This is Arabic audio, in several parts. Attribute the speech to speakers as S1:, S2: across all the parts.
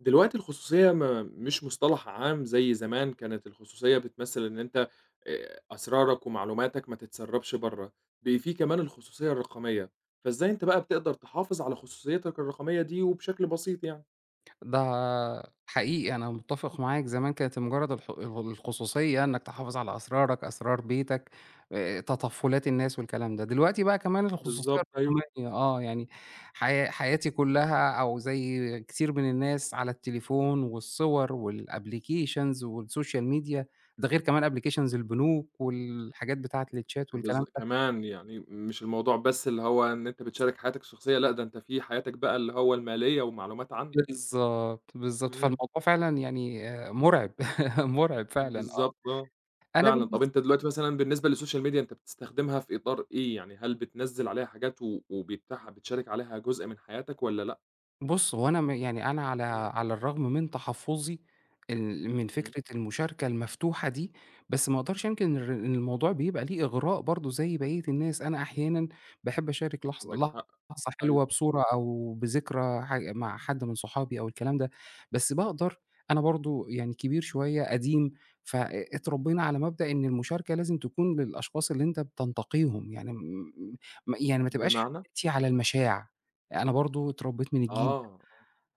S1: دلوقتي الخصوصية ما مش مصطلح عام زي زمان. كانت الخصوصية بتمثل إن أنت أسرارك ومعلوماتك ما تتسربش برّه. بقي في كمان الخصوصية الرقمية. فإزاي أنت بقى بتقدر تحافظ على خصوصيتك الرقمية دي وبشكل بسيط يعني؟
S2: ده حقيقي أنا متّفق معاك، زمان كانت مجرد الخصوصية إنك تحافظ على أسرارك، أسرار بيتك، تطفلات الناس والكلام ده. دلوقتي بقى كمان الخصوصية
S1: بالضبط، أيوه.
S2: الرقمية يعني حياتي كلها أو زي كتير من الناس على التليفون والصور والapplications والسوشيال ميديا، ده غير كمان applications البنوك والحاجات بتاعة الchat والكلام ده.
S1: كمان يعني مش الموضوع بس اللي هو إن أنت بتشارك حياتك الشخصية، لأ، ده أنت في حياتك بقى اللي هو المالية ومعلومات عنك.
S2: بالضبط، بالضبط،
S1: إمم.
S2: فالموضوع فعلًا يعني مرعب، مرعب فعلًا آه.
S1: بالضبط، آه،
S2: أنا
S1: فعلًا. طَب
S2: بالنس
S1: أنت دلوقتي مثلًا بالنسبة للسوشيال ميديا أنت بتستخدمها في إطار إيه؟ يعني هل بتنزّل عليها حاجات و بتشارك عليها جزء من حياتك والّا لأ؟
S2: بُص، هو أنا م يعني أنا على
S1: إمم،
S2: على الرغم من تحفُّظي من
S1: إمم،
S2: فكرة المشاركة المفتوحة دي، بس ما أقدرش أنكر إن الموضوع بيبقى ليه إغراء برضه زي بقية الناس. أنا أحيانًا باحب أشارك لحظة
S1: عندك حق.
S2: لحظة
S1: أيوه.
S2: حلوة بصورة أو بذكرى ح مع حد من صحابي أو الكلام ده. بس باقدر أنا برضه يعني كبير شوية، قديم. ف اتربّينا على مبدأ إن المشاركة لازم تكون للأشخاص اللي أنت بتنتقيهم، يعني م م يعني ما تبقاش
S1: بمعنى؟
S2: حكايتي على المشاع. أنا برضه اتربّيت من الجيل
S1: آه،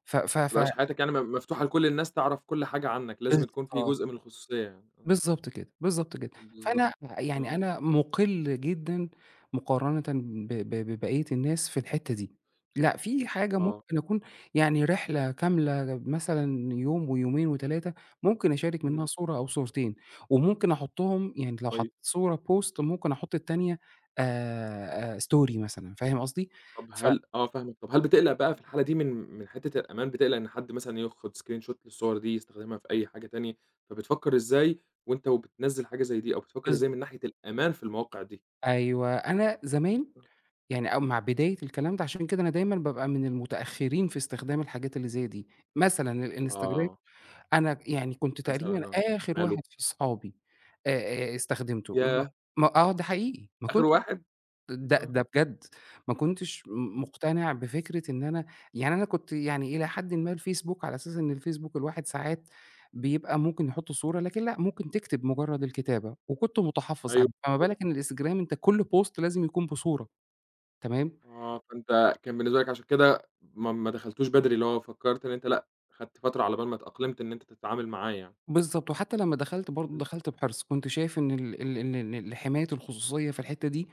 S2: ف ف
S1: ما
S2: ف
S1: تبقاش حياتك يعني مفتوحة لكل الناس تعرف كل حاجة عنك، لازم تكون في
S2: بالضبط،
S1: جزء من الخصوصية يعني.
S2: بالضبط كده، بالضبط كده.
S1: بالضبط.
S2: فأنا يعني
S1: آه،
S2: أنا مُقِل جدًا مقارنةً ب ب ببقية الناس في الحتّة دي. لأ، في حاجة
S1: آه،
S2: ممكن أكون يعني رحلة كاملة مثلًا يوم ويومين و3 ممكن أشارك
S1: إمم،
S2: منها صورة أو صورتين، وممكن أحُطّهم يعني لو حطيت
S1: كويس.
S2: صورة post ممكن أحُط التانية story مثلًا، فاهم قصدي؟
S1: طب
S2: ف
S1: هل فاهمك. طب هل بتقلق بقى في الحالة دي من حتّة الأمان، بتقلق إن حد مثلًا ياخد screenshot للصور دي يستخدمها في أي حاجة تانية، فبتفكّر إزاي وأنت وبتنزّل حاجة زي دي، أو بتفكّر
S2: بالض
S1: إزاي من ناحية الأمان في المواقع دي؟
S2: أيوه، أنا زمان
S1: آه.
S2: يعني أو مع بداية الكلام ده، عشان كده أنا دايمًا بابقى من المتأخرين في استخدام الحاجات اللي زي دي. مثلًا الإنستجرام
S1: آه،
S2: أنا يعني كنت تقريبًا
S1: مثلًا، آه،
S2: آخر
S1: ماله؟
S2: واحد في صحابي آآ، استخدمته.
S1: ياه!
S2: ما آه، ده حقيقي، ما
S1: آخر
S2: كنتش.
S1: واحد!
S2: ده
S1: آه،
S2: ده بجد ما كنتش
S1: إمم.
S2: مقتنع بفكرة إن أنا يعني. أنا كنت يعني إلى حدٍ ما الفيسبوك على أساس إن الفيسبوك الواحد ساعات بيبقى ممكن يحط صورة، لكن لأ، ممكن تكتب مجرد الكتابة، وكنت متحفظ
S1: أيوه
S2: عليه، فما
S1: بالضبط،
S2: بالك إن الإنستجرام أنت كل بوست لازم يكون بصورة، تمام؟
S1: آه، فأنت كان بالنسبة لك عشان كده ما دخلتوش بدري، اللي هو فكّرت إن أنت لأ، خدت فترة على بال ما اتأقلمت إن أنت تتعامل معاه يعني.
S2: بالضبط. وحتى لمّا دخلت برضه
S1: إمم.
S2: دخلت بحرص، كنت شايف إن ال ال إن إن ال حماية الخصوصية في الحتّة دي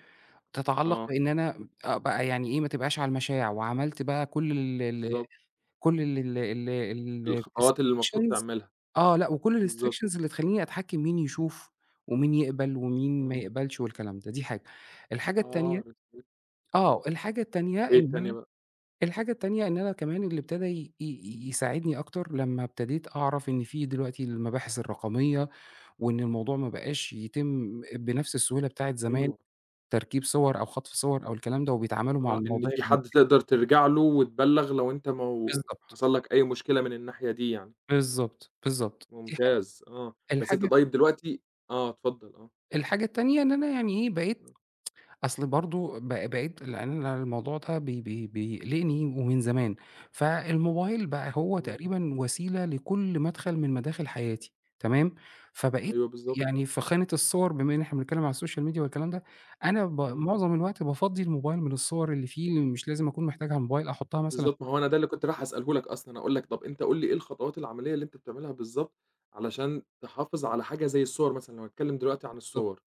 S2: تتعلّق
S1: آه،
S2: بإن أنا أبقى يعني إيه، ما تبقاش على المشاع. وعملت بقى كل ال ال
S1: بالضبط،
S2: كل ال ال ال
S1: الخطوات اللي المفروض
S2: الrestrictions.
S1: تعملها.
S2: آه، لأ، وكل
S1: بالضبط،
S2: الrestrictions اللي تخلّيني أتحكّم مين يشوف، ومين يقبل، ومين ما
S1: آه.
S2: يقبلش والكلام ده. دي حاجة. الحاجة
S1: آه،
S2: التانية
S1: رسالة. آه،
S2: آه، الحاجة التانية
S1: إيه
S2: إن
S1: التانية
S2: أنا.
S1: بقى؟
S2: الحاجة التانية إن أنا كمان اللي ابتدى ي ي يساعدني أكتر لمّا ابتديت أعرف إن في دلوقتي المباحث الرقمية، وإن الموضوع ما بقاش يتم بنفس السهولة بتاعة زمان،
S1: أيوه،
S2: تركيب صور أو خطف صور أو الكلام ده، وبيتعاملوا مع
S1: آه، إن
S2: المواضيع
S1: في
S2: دي.
S1: حد تقدر ترجع له وتبلّغ لو أنت مو
S2: بالضبط،
S1: حصل لك أي مشكلة من الناحية دي يعني.
S2: بالضبط، بالضبط. دي حاجة.
S1: ممتاز، آه، بس أنت
S2: الحاجة
S1: طيب دلوقتي. آه، اتفضل، آه.
S2: الحاجة التانية إن أنا يعني إيه، بقيت.
S1: آه،
S2: أصل برضه بقيت لأن أنا الموضوع ده بي بي بيقلقني ومن زمان. فالموبايل بقى هو
S1: إمم،
S2: تقريبًا وسيلة لكل مدخل من مداخل حياتي، تمام؟ فبقيت
S1: أيوه بالضبط،
S2: يعني في خانة الصور بما إن إحنا بنتكلم على السوشيال ميديا والكلام ده. أنا
S1: إمم،
S2: معظم الوقت بافضّي الموبايل من الصور اللي فيه اللي مش لازم أكون محتاجها، الموبايل أحطها مثلًا
S1: بالضبط. ما هو أنا ده اللي كنت رايح أسأله لك أصلًا، أقول لك طب أنت قُل لي إيه الخطوات العملية اللي أنت بتعملها بالضبط علشان تحافظ على حاجة زي الصور مثلًا. لو هنتكلم دلوقتي عن
S2: بالضبط،
S1: الصور،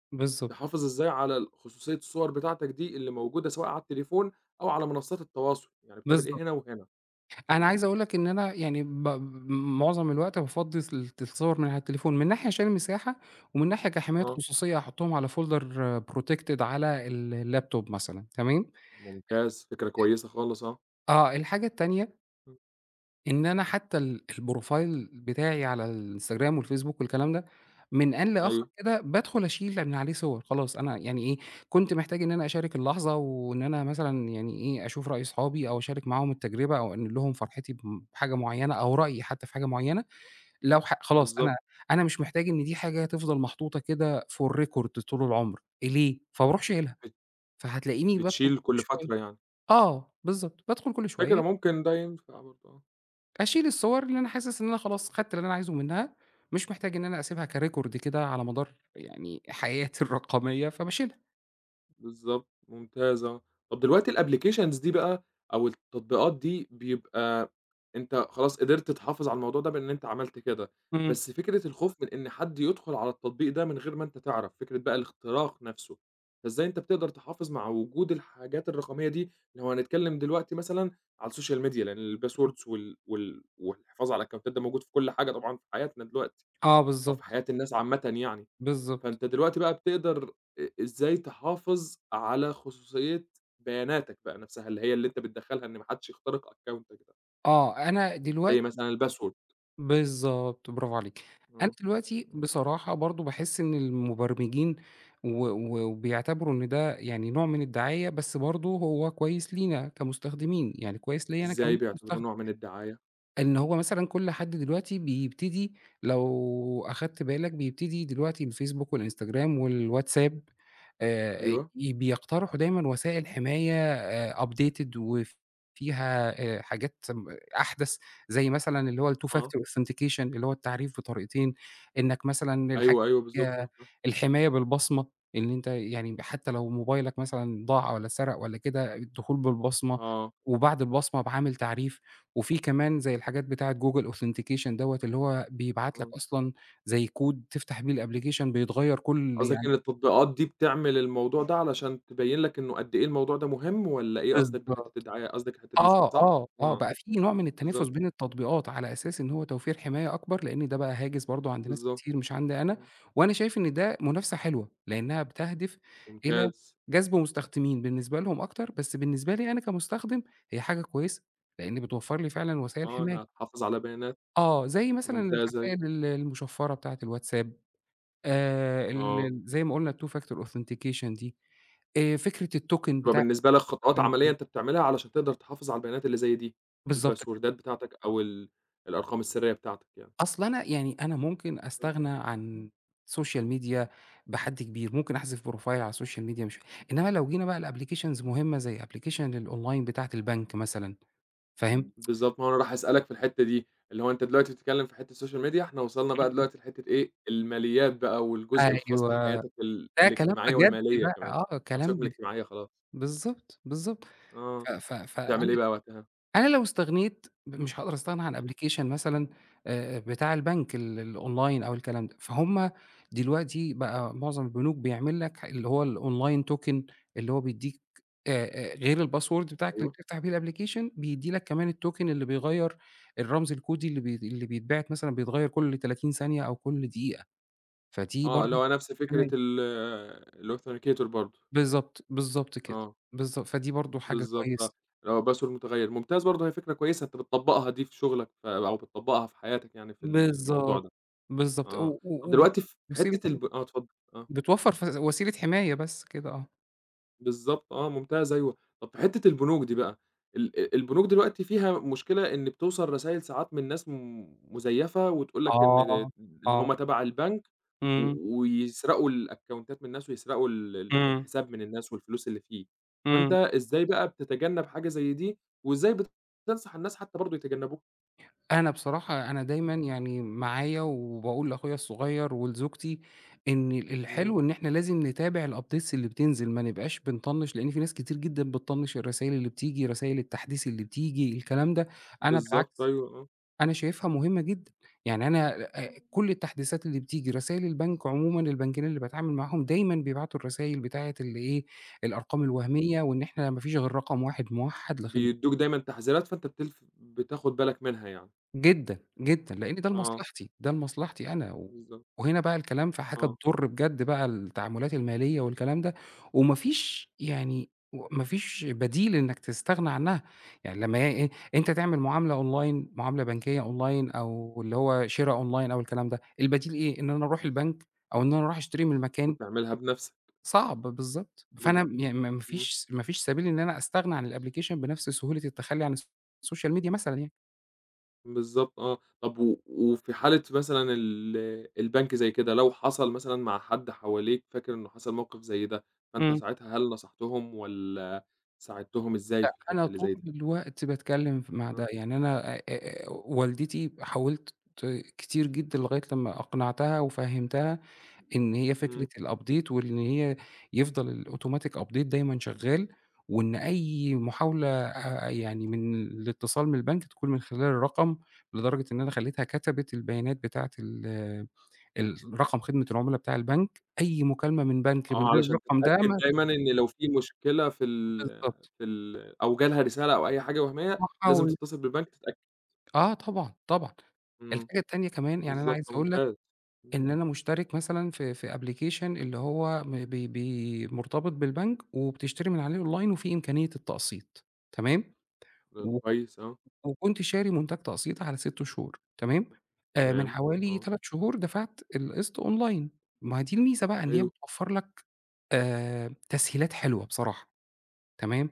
S1: تحافظ إزاي على خصوصية الصور بتاعتك دي اللي موجودة سواء على التليفون أو على منصات التواصل، يعني بتعمل إيه
S2: بالضبط.
S1: هنا وهنا؟
S2: أنا
S1: آه،
S2: عايز أقول لك إن أنا يعني معظم الوقت بافضّي الصور من على التليفون، من ناحية عشان المساحة، ومن ناحية كحماية
S1: آه،
S2: خصوصية أحطّهم على folder protected على الlaptop مثلًا، تمام؟
S1: ممتاز، فكرة كويسة خالص، آه.
S2: آه، الحاجة التانية
S1: إمم،
S2: إن أنا حتى الprofile بتاعي على الإنستجرام والفيسبوك والكلام ده، من آن لآخر
S1: أيوه
S2: كده بادخل أشيل من عليه صور. خلاص أنا يعني إيه، كنت محتاج إن أنا أشارك اللحظة وإن أنا مثلًا يعني إيه، أشوف رأي صحابي أو أشارك معاهم التجربة أو أنقل لهم فرحتي بحاجة معيّنة أو رأيي حتى في حاجة معيّنة. لو ح خلاص
S1: بالضبط،
S2: أنا أنا مش محتاج إن دي حاجة تفضل محطوطة كده for record طول العمر، إيه ليه؟ فباروح شايلها،
S1: بت
S2: فهتلاقيني بادخل
S1: بتشيل
S2: كل
S1: كل
S2: شوية
S1: فترة يعني.
S2: آه، بالضبط، بادخل كل شوية
S1: فكرة ممكن ده ينفع برضه، آه.
S2: أشيل الصور اللي أنا حاسس إن أنا خلاص خدت اللي أنا عايزه منها، مش محتاج إن أنا أسيبها كrecord كده على مدار يعني حياتي الرقمية، فباشيلها.
S1: بالضبط، ممتاز، آه. طب دلوقتي الapplications دي بقى أو التطبيقات دي بيبقى أنت خلاص قدرت تحافظ على الموضوع ده بإن أنت عملت كده،
S2: إمم،
S1: بس فكرة الخوف من إن حد يدخل على التطبيق ده من غير ما أنت تعرف، فكرة بقى الاختراق نفسه، فإزاي أنت بتقدر تحافظ مع وجود الحاجات الرقمية دي؟ لو هنتكلم دلوقتي مثلًا على السوشيال ميديا، لأن
S2: إمم،
S1: الpasswords والحفاظ على الأكونتات ده موجود في كل حاجة طبعًا في حياتنا دلوقتي
S2: آه
S1: أو في
S2: بالضبط،
S1: حياة الناس عامةً يعني.
S2: بالضبط،
S1: فأنت دلوقتي بقى بتقدر إزاي تحافظ على خصوصية بياناتك بقى نفسها، اللي هي اللي أنت بتدخّلها إن ما حدش يخترق أكاونتك ده،
S2: آه أنا
S1: زي
S2: دلوقتي
S1: مثلًا الpassword.
S2: بالضبط، برافو عليكِ.
S1: إمم.
S2: أنا
S1: إمم.
S2: دلوقتي بصراحة برضه باحس إن المبرمجين و و وبيعتبروا إن ده يعني نوع من الدعاية، بس برضه هو كويس لينا كمستخدمين، يعني كويس ليّا أنا كمان
S1: إزاي بيعتبروه
S2: كمستخدم.
S1: نوع من الدعاية؟
S2: إن هو مثلًا كل حد دلوقتي بيبتدي لو أخدت بالك بيبتدي دلوقتي الفيسبوك والإنستجرام والواتساب
S1: أيوه،
S2: ي بيقترحوا دايمًا وسائل حماية updated وفيها حاجات أحدث، زي مثلًا اللي هو الTwo
S1: آه،
S2: Factor Authentication اللي هو التعريف بطريقتين. إنّك مثلًا الحاجة
S1: أيوه، أيوه بالضبط،
S2: آه،
S1: آه،
S2: الحماية بالبصمة، إن أنت يعني حتّى لو موبايلك مثلًا ضاع والّا اتسرق والّا كده، الدخول بالبصمة،
S1: آه،
S2: وبعد البصمة بعامل تعريف. وفي كمان زي الحاجات بتاعة Google Authentication دوّة اللي هو بيبعت لك
S1: إمم.
S2: أصلًا زي كود تفتح بيه الapplication بيتغيّر كل
S1: قصدك
S2: يعني
S1: إن التطبيقات دي بتعمل الموضوع ده علشان تبيّن لك إنه قد إيه الموضوع ده مهم والّا إيه قصدك بحتّة
S2: بالضبط.
S1: الدعاية؟ قصدك الحتّة دي
S2: آه،
S1: صح؟
S2: آه، آه.
S1: آه،
S2: بقى في نوع من التنافس
S1: بالضبط،
S2: بين
S1: آه،
S2: التطبيقات على أساس إن هو توفير حماية أكبر، لإن ده بقى هاجس برضه عند ناس
S1: بالضبط،
S2: كتير مش عندي أنا.
S1: إمم،
S2: وأنا شايف إن ده منافسة حلوة، لإنها بتهدف إلى
S1: ممتاز،
S2: جذب مستخدمين بالنسبة لهم أكتر، بس بالنسبة لي أنا كمستخدم هي حاجة كويسة، لإن بتوفر لي فعلًا وسائل
S1: آه،
S2: حماية.
S1: إنها تحافظ على بياناتك.
S2: آه، زي مثلًا
S1: ممتاز أيوه،
S2: الرسايل المشفرة بتاعة الواتساب، ال
S1: آه.
S2: ال زي ما قُلنا الTwo Factor Authentication دي، فكرة الToken
S1: بتبقى
S2: بتاع
S1: بالنسبة لك خطوات
S2: البنك
S1: عملية أنت بتعملها علشان تقدر تحافظ على البيانات اللي زي دي،
S2: بالضبط
S1: الباسوردات
S2: كده.
S1: بتاعتك أو الأرقام السرية بتاعتك يعني.
S2: أصل أنا يعني أنا ممكن
S1: آه،
S2: أستغنى عن social media بحد كبير، ممكن أحذف بروفايل على السوشيال ميديا مش. إنما لو جينا بقى لapplications مهمة زي application الأونلاين بتاعة البنك مثلًا، فاهم؟
S1: بالضبط، ما هو أنا رايح أسألك في الحتة دي، اللي هو أنت دلوقتي بتتكلم في حتة السوشيال ميديا، إحنا وصلنا
S2: إمم،
S1: بقى
S2: إمم.
S1: دلوقتي لحتة إيه، الماليات بقى والجزء الخاص
S2: أيوه،
S1: بحياتك
S2: ده كلام
S1: الاجتماعية
S2: بجد
S1: والمالية
S2: بقى،
S1: كمان،
S2: آه
S1: أو
S2: كلام
S1: سيبك من
S2: بج
S1: الاجتماعية خلاص.
S2: بالضبط، بالضبط.
S1: آه،
S2: ف ف
S1: بتعمل
S2: فأنا
S1: إيه بقى وقتها؟
S2: أنا لو استغنيت مش هاقدر أستغنى عن
S1: إمم،
S2: application مثلًا بتاع البنك الonline أو الكلام ده، فهُم دلوقتي بقى معظم البنوك بيعمل لك اللي هو الonline token اللي هو بيدّيك آآ غير الpassword بتاعك اللي
S1: أيوه،
S2: بتفتح بيه الapplication بيدّي لك كمان الtoken اللي بيغيّر الرمز الكودي اللي بيتبعت مثلًا بيتغيّر كل 30 ثانية أو كل دقيقة، فدي
S1: آه، اللي
S2: برضه
S1: هو نفس فكرة
S2: حماية.
S1: الauthenticator برضه.
S2: بالضبط، بالضبط كده،
S1: آه.
S2: بالضبط، فدي برضه حاجة
S1: بالضبط، آه،
S2: كويسة.
S1: اللي هو باسول متغيّر، ممتاز. برضه هي فكرة كويسة أنت بتطبّقها دي في شغلك أو بتطبّقها في حياتك يعني في الموضوع
S2: بالضبط،
S1: ده.
S2: بالضبط،
S1: آه،
S2: و
S1: طب
S2: و و
S1: دلوقتي في
S2: وسيلة
S1: حتّة. الب آه اتفضل، آه.
S2: بتوفّر وسيلة حماية بس كده آه.
S1: بالضبط، آه، منطقة زيّه. طب في حتّة البنوك دي بقى، ال أ البنوك دلوقتي فيها مشكلة إن بتوصل رسايل ساعات من ناس مزيّفة وتقول لك إن
S2: آه،
S1: إن
S2: آه،
S1: هم تَبَع البنك
S2: إمم،
S1: ويسرقوا الأكونتات من الناس ويسرقوا ال ال
S2: إمم،
S1: الحساب من الناس والفلوس اللي فيه. فأنت
S2: إمم.
S1: إزاي بقى بتتجنّب حاجة زي دي وإزاي بتنصح الناس حتّى برضه يتجنّبوها؟
S2: أنا بصراحة أنا دايمًا
S1: إمم.
S2: يعني معايا وباقول لأخويا الصغير ولزوجتي إن
S1: إمم.
S2: الحلو إن إحنا لازم نتابع الupdates اللي بتنزل، ما نبقاش بنطنّش، لإن في ناس كتير جدًا بتطنّش الرسايل اللي بتيجي، رسايل التحديث اللي بتيجي، الكلام ده. أنا
S1: بالضبط،
S2: بالعكس
S1: أيوه، آه.
S2: أنا شايفها مهمة جدًا، يعني أنا إمم. كل التحديثات اللي بتيجي رسايل البنك عمومًا البنكين اللي باتعامل معاهم دايمًا بيبعتوا الرسايل بتاعة ال إيه، الأرقام الوهمية وإن إحنا ما فيش غير رقم واحد موحد
S1: بيدّوك دايمًا تحذيرات فأنت بتلف بتاخُد بالك منها يعني.
S2: جدًا، جدًا، لإن ده
S1: آه،
S2: لمصلحتي، ده لمصلحتي أنا، و.
S1: بالضبط.
S2: وهنا بقى الكلام في حاجة
S1: آه.
S2: تضُر بجد بقى التعاملات المالية والكلام ده، وما فيش يعني ما فيش بديل إنك تستغنى عنها، يعني لمّا هي إيه، أنت تعمل معاملة أونلاين، معاملة بنكية أونلاين أو اللي هو شِرا أونلاين أو الكلام ده، البديل إيه، إن أنا أروح البنك أو إن أنا أروح أشتري من المكان؟
S1: وتعملها بنفسك.
S2: صعب بالضبط. فأنا
S1: بالض
S2: يعني ما ما
S1: إمم،
S2: فيش ما فيش سبيل إن أنا أستغنى عن الapplication بنفس سهولة التخلّي عن الsocial media مثلًا يعني.
S1: بالضبط، آه. طب وفي حالة مثلًا البنك زي كده، لو حصل مثلًا مع حد حواليك فاكر إنه حصل موقف زي ده، فأنت
S2: إمم.
S1: ساعتها هل نصحتهم والّا ساعدتهم إزاي
S2: لأ،
S1: في
S2: أنا
S1: الحتة اللي
S2: طول
S1: زي دي؟
S2: الوقت باتكلّم مع ده،
S1: آه،
S2: يعني أنا والدتي حاولت كتير جدًا لغاية لمّا أقنعتها وفهّمتها إن هي فكرة
S1: إمم،
S2: الupdate وإن هي يفضل الautomatic update دايمًا شغّال، وإن أي محاولة يعني من الاتصال من البنك تكون من خلال الرقم. لدرجة إن أنا خلّيتها كتبِت البيانات بتاعة ال ال رقم خدمة العملا بتاع البنك، أي مكالمة من بنك من
S1: آه،
S2: غير
S1: علشان
S2: الرقم ده
S1: تتأكد
S2: ما
S1: دايمًا إن لو في مشكلة في ال
S2: بالضبط،
S1: في ال أو جالها رسالة أو أي حاجة وهمية لازم تتصل بالبنك تتأكد.
S2: آه طبعًا، طبعًا.
S1: إمم،
S2: الحاجة التانية كمان يعني أنا عايز
S1: بالضبط،
S2: أقول لك
S1: ممتاز، إمم،
S2: إن أنا مشترك مثلًا في application اللي هو م بي بي مرتبط بالبنك وبتشتري من عليه أونلاين وفي إمكانية التقسيط تمام.
S1: ده
S2: وك
S1: كويس، آه،
S2: وكنت شاري منتج تقسيط على 6 شهور تمام، من
S1: تمام،
S2: حوالي
S1: آه،
S2: 3 شهور دفعت القسط أونلاين، ما هي دي الميزة بقى إن هي
S1: أيوه،
S2: بتوفّر لك تسهيلات حلوة بصراحة تمام،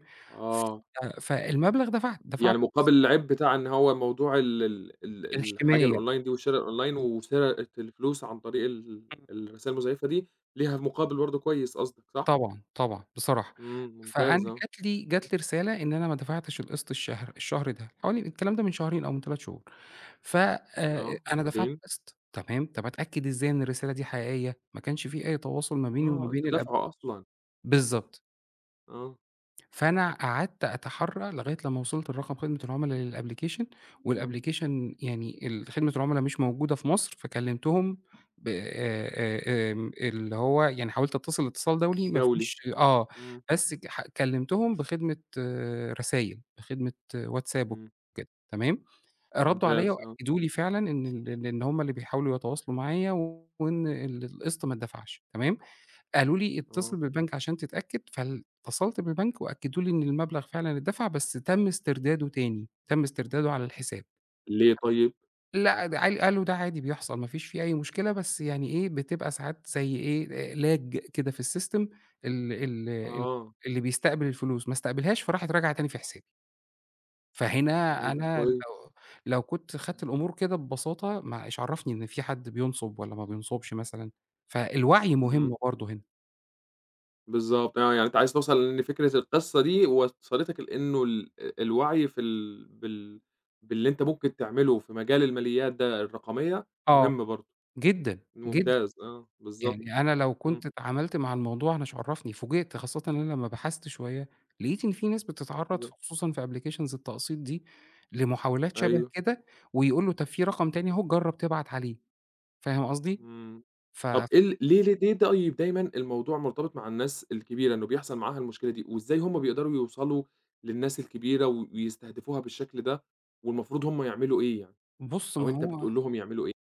S2: ف
S1: آه.
S2: آه، فالمبلغ دفعت
S1: يعني مقابل العيب بتاع إن هو موضوع ال ال ال الحاجة
S2: الحماية.
S1: الأونلاين دي والشِرا الأونلاين وسرقة الفلوس عن طريق
S2: إمم.
S1: الرسايل المزيفة دي، ليها مقابل برضه كويس قصدك، صح؟
S2: طبعًا، طبعًا، بصراحة.
S1: إمم،
S2: فأنا
S1: ممتاز، آه،
S2: جات لي رسالة إن أنا ما دفعتش القسط الشهر ده، حوالي الكلام ده من شهرين أو من 3 شهور. ف
S1: آه،
S2: أنا دفعت
S1: وبعدين؟
S2: القسط، تمام، طب أتأكد إزاي إن الرسالة دي حقيقية؟ ما كانش في أي تواصل ما بيني وما
S1: آه،
S2: بين
S1: أنت دافعه أصلًا.
S2: بالضبط.
S1: آه،
S2: فأنا قعدت أتحرّى لغاية لمّا وصلت لرقم خدمة العُملا للأبلكيشن، إمم. والأبلكيشن يعني خدمة العُملا مش موجودة في مصر، فكلّمتهم ب آمم اللي هو يعني حاولت أتصل اتصال دولي ما
S1: دولي،
S2: فيش آه،
S1: إمم،
S2: بس ك ح كلّمتهم بخدمة رسايل، بخدمة آه، واتساب
S1: إمم،
S2: وكده تمام. ردّوا عليّا
S1: ممتاز، آه،
S2: وأكدوا لي فعلًا إن إن هم اللي بيحاولوا يتواصلوا معايا وإن القسط ما اتدفعش تمام. قالوا لي: "اتصل
S1: آه،
S2: بالبنك عشان تتأكد." اتصلت بالبنك وأكدوا لي إن المبلغ فعلًا اتدفع، بس تم استرداده تاني، تم استرداده على الحساب.
S1: ليه طيب؟
S2: لأ، ده عال قالوا ده عادي بيحصل، ما فيش فيه أي مشكلة، بس يعني إيه، بتبقى ساعات زي إيه، lag كده في الsystem ال ال ال
S1: آه،
S2: اللي بيستقبل الفلوس ما استقبلهاش، فراحت راجعة تاني في حسابي. فهنا
S1: طيب
S2: أنا
S1: كويس.
S2: لو كنت خدت الأمور كده ببساطة، ما إيش عرّفني إن في حد بينصب والّا ما بينصبش مثلًا؟ فالوعي
S1: إمم.
S2: مهم برضه هنا.
S1: بالضبط، آه، يعني أنت عايز توصل إن فكرة القصة دي وصّلتك لإنه الوعي في ال بال باللي أنت ممكن تعمله في مجال الماليات ده الرقمية
S2: آه،
S1: مهم برضه.
S2: جدًا، جدًا.
S1: ممتاز، آه، بالضبط،
S2: يعني أنا لو
S1: إمم،
S2: كنت اتعاملت مع الموضوع أنا مش عرّفني، فوجئت خاصةً إن أنا لمّا بحثت شوية، لقيت إن في ناس بتتعرّض
S1: بالضبط،
S2: خصوصًا في applications التقسيط دي لمحاولات شبه
S1: أيوه،
S2: كده، ويقول له طب في رقم تاني أهو جرّب تبعت عليه، فاهم قصدي؟
S1: إمم.
S2: ف
S1: طَب إيه ليه طيب دايمًا الموضوع مرتبط مع الناس الكبيرة إنه بيحصل معاها المشكلة دي، وإزاي هُم بيقدروا يوصلوا للناس الكبيرة ويستهدفوها بالشكل ده، والمفروض هُم يعملوا إيه يعني،
S2: بُص ما
S1: أو أنت
S2: هو
S1: بتقول لهم يعملوا إيه؟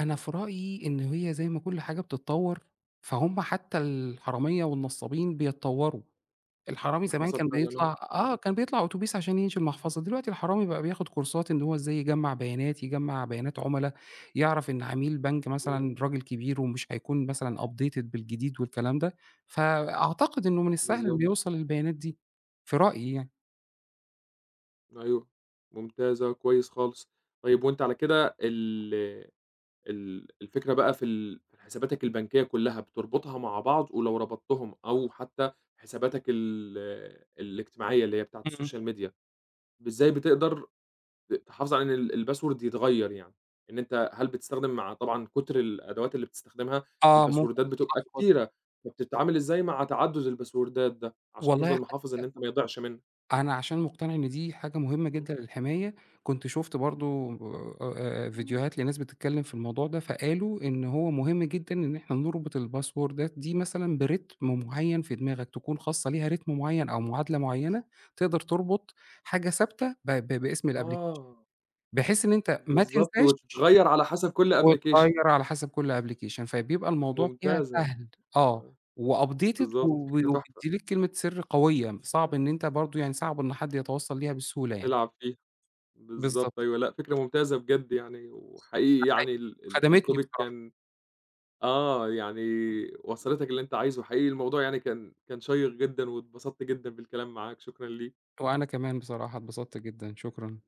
S2: أنا
S1: آه،
S2: في رأيي إن هي زي ما كل حاجة بتتطوّر، فهُم حتى الحرامية والنصّابين بيتطوّروا. الحرامي
S1: ده
S2: زمان
S1: حصل
S2: كان
S1: فعلًا، آه،
S2: بيطلع
S1: إمم،
S2: آه، كان بيطلع أتوبيس عشان ينشي
S1: إمم،
S2: المحفظة، دلوقتي الحرامي بقى بياخد كورسات إن هو إزاي يجمّع بيانات، يجمّع بيانات عُملا، يعرف إن عميل بنك
S1: إمم.
S2: مثلًا راجل كبير ومش هيكون مثلًا updated بالجديد والكلام ده، فأعتقد إنه من السهل
S1: بالضبط،
S2: إنه يوصل للبيانات دي، في رأيي يعني.
S1: أيوه، ممتازة، كويس خالص. طيب وأنت على كده ال ال الفكرة بقى في حساباتك البنكية كلّها بتربطها مع بعض، ولو ربطتهم أو حتى حساباتك الاجتماعية اللي هي بتاعة
S2: إمم.
S1: السوشيال ميديا، إزاي بتقدر تحافظ على إن الpassword يتغيّر يعني؟ إن أنت هل بتستخدم مع طبعًا كتر الأدوات اللي بتستخدمها
S2: آه، ممكن
S1: الباسوردات بتبقى
S2: تتلخبط.
S1: كتيرة، فبتتعامل إزاي مع تعدُّد الباسوردات ده، عشان
S2: والله
S1: تفضل محافظ إن أنت ما يضيعش منك؟
S2: أنا عشان مقتنع إن دي حاجة مهمة
S1: إمم،
S2: جدًا للحماية، كنت شُفت برضه فيديوهات لناس بتتكلم في الموضوع ده، فقالوا إن هو مهم جدًا إن إحنا نربط الباسوردات دي مثلًا برتم معيّن في دماغك، تكون خاصة ليها رتم معيّن أو معادلة معيّنة، تقدر تربط حاجة ثابتة ب ب باسم الapplication،
S1: آه.
S2: بحيث إن أنت ما
S1: بالضبط،
S2: تنساش
S1: وتتغيّر على حسب كل application.
S2: وتغيّر على حسب كل أبلكيشن، فبيبقى الموضوع فيها
S1: ممتازة،
S2: سهل، آه، وupdated
S1: بالضبط،
S2: و
S1: فكرة تحفة،
S2: وبيدّي لِك كلمة سر قوية، صعب إن أنت برضه يعني صعب إن حد يتوصّل ليها بسهولة يعني،
S1: نلعب فيها، بالضبط
S2: بالضبط،
S1: أيوه، لأ، فكرة ممتازة بجد يعني.
S2: ده
S1: وحقيقي
S2: حقيقي،
S1: يعني ال ال
S2: خدمتني
S1: الtopic
S2: بصراحة،
S1: كان يعني وصلتك اللي أنت عايزه. حقيقي الموضوع يعني كان شيّق جدًا واتبسطت جدًا بالكلام معاك، شكرًا ليك.
S2: وأنا كمان بصراحة اتبسطت جدًا، شكرًا.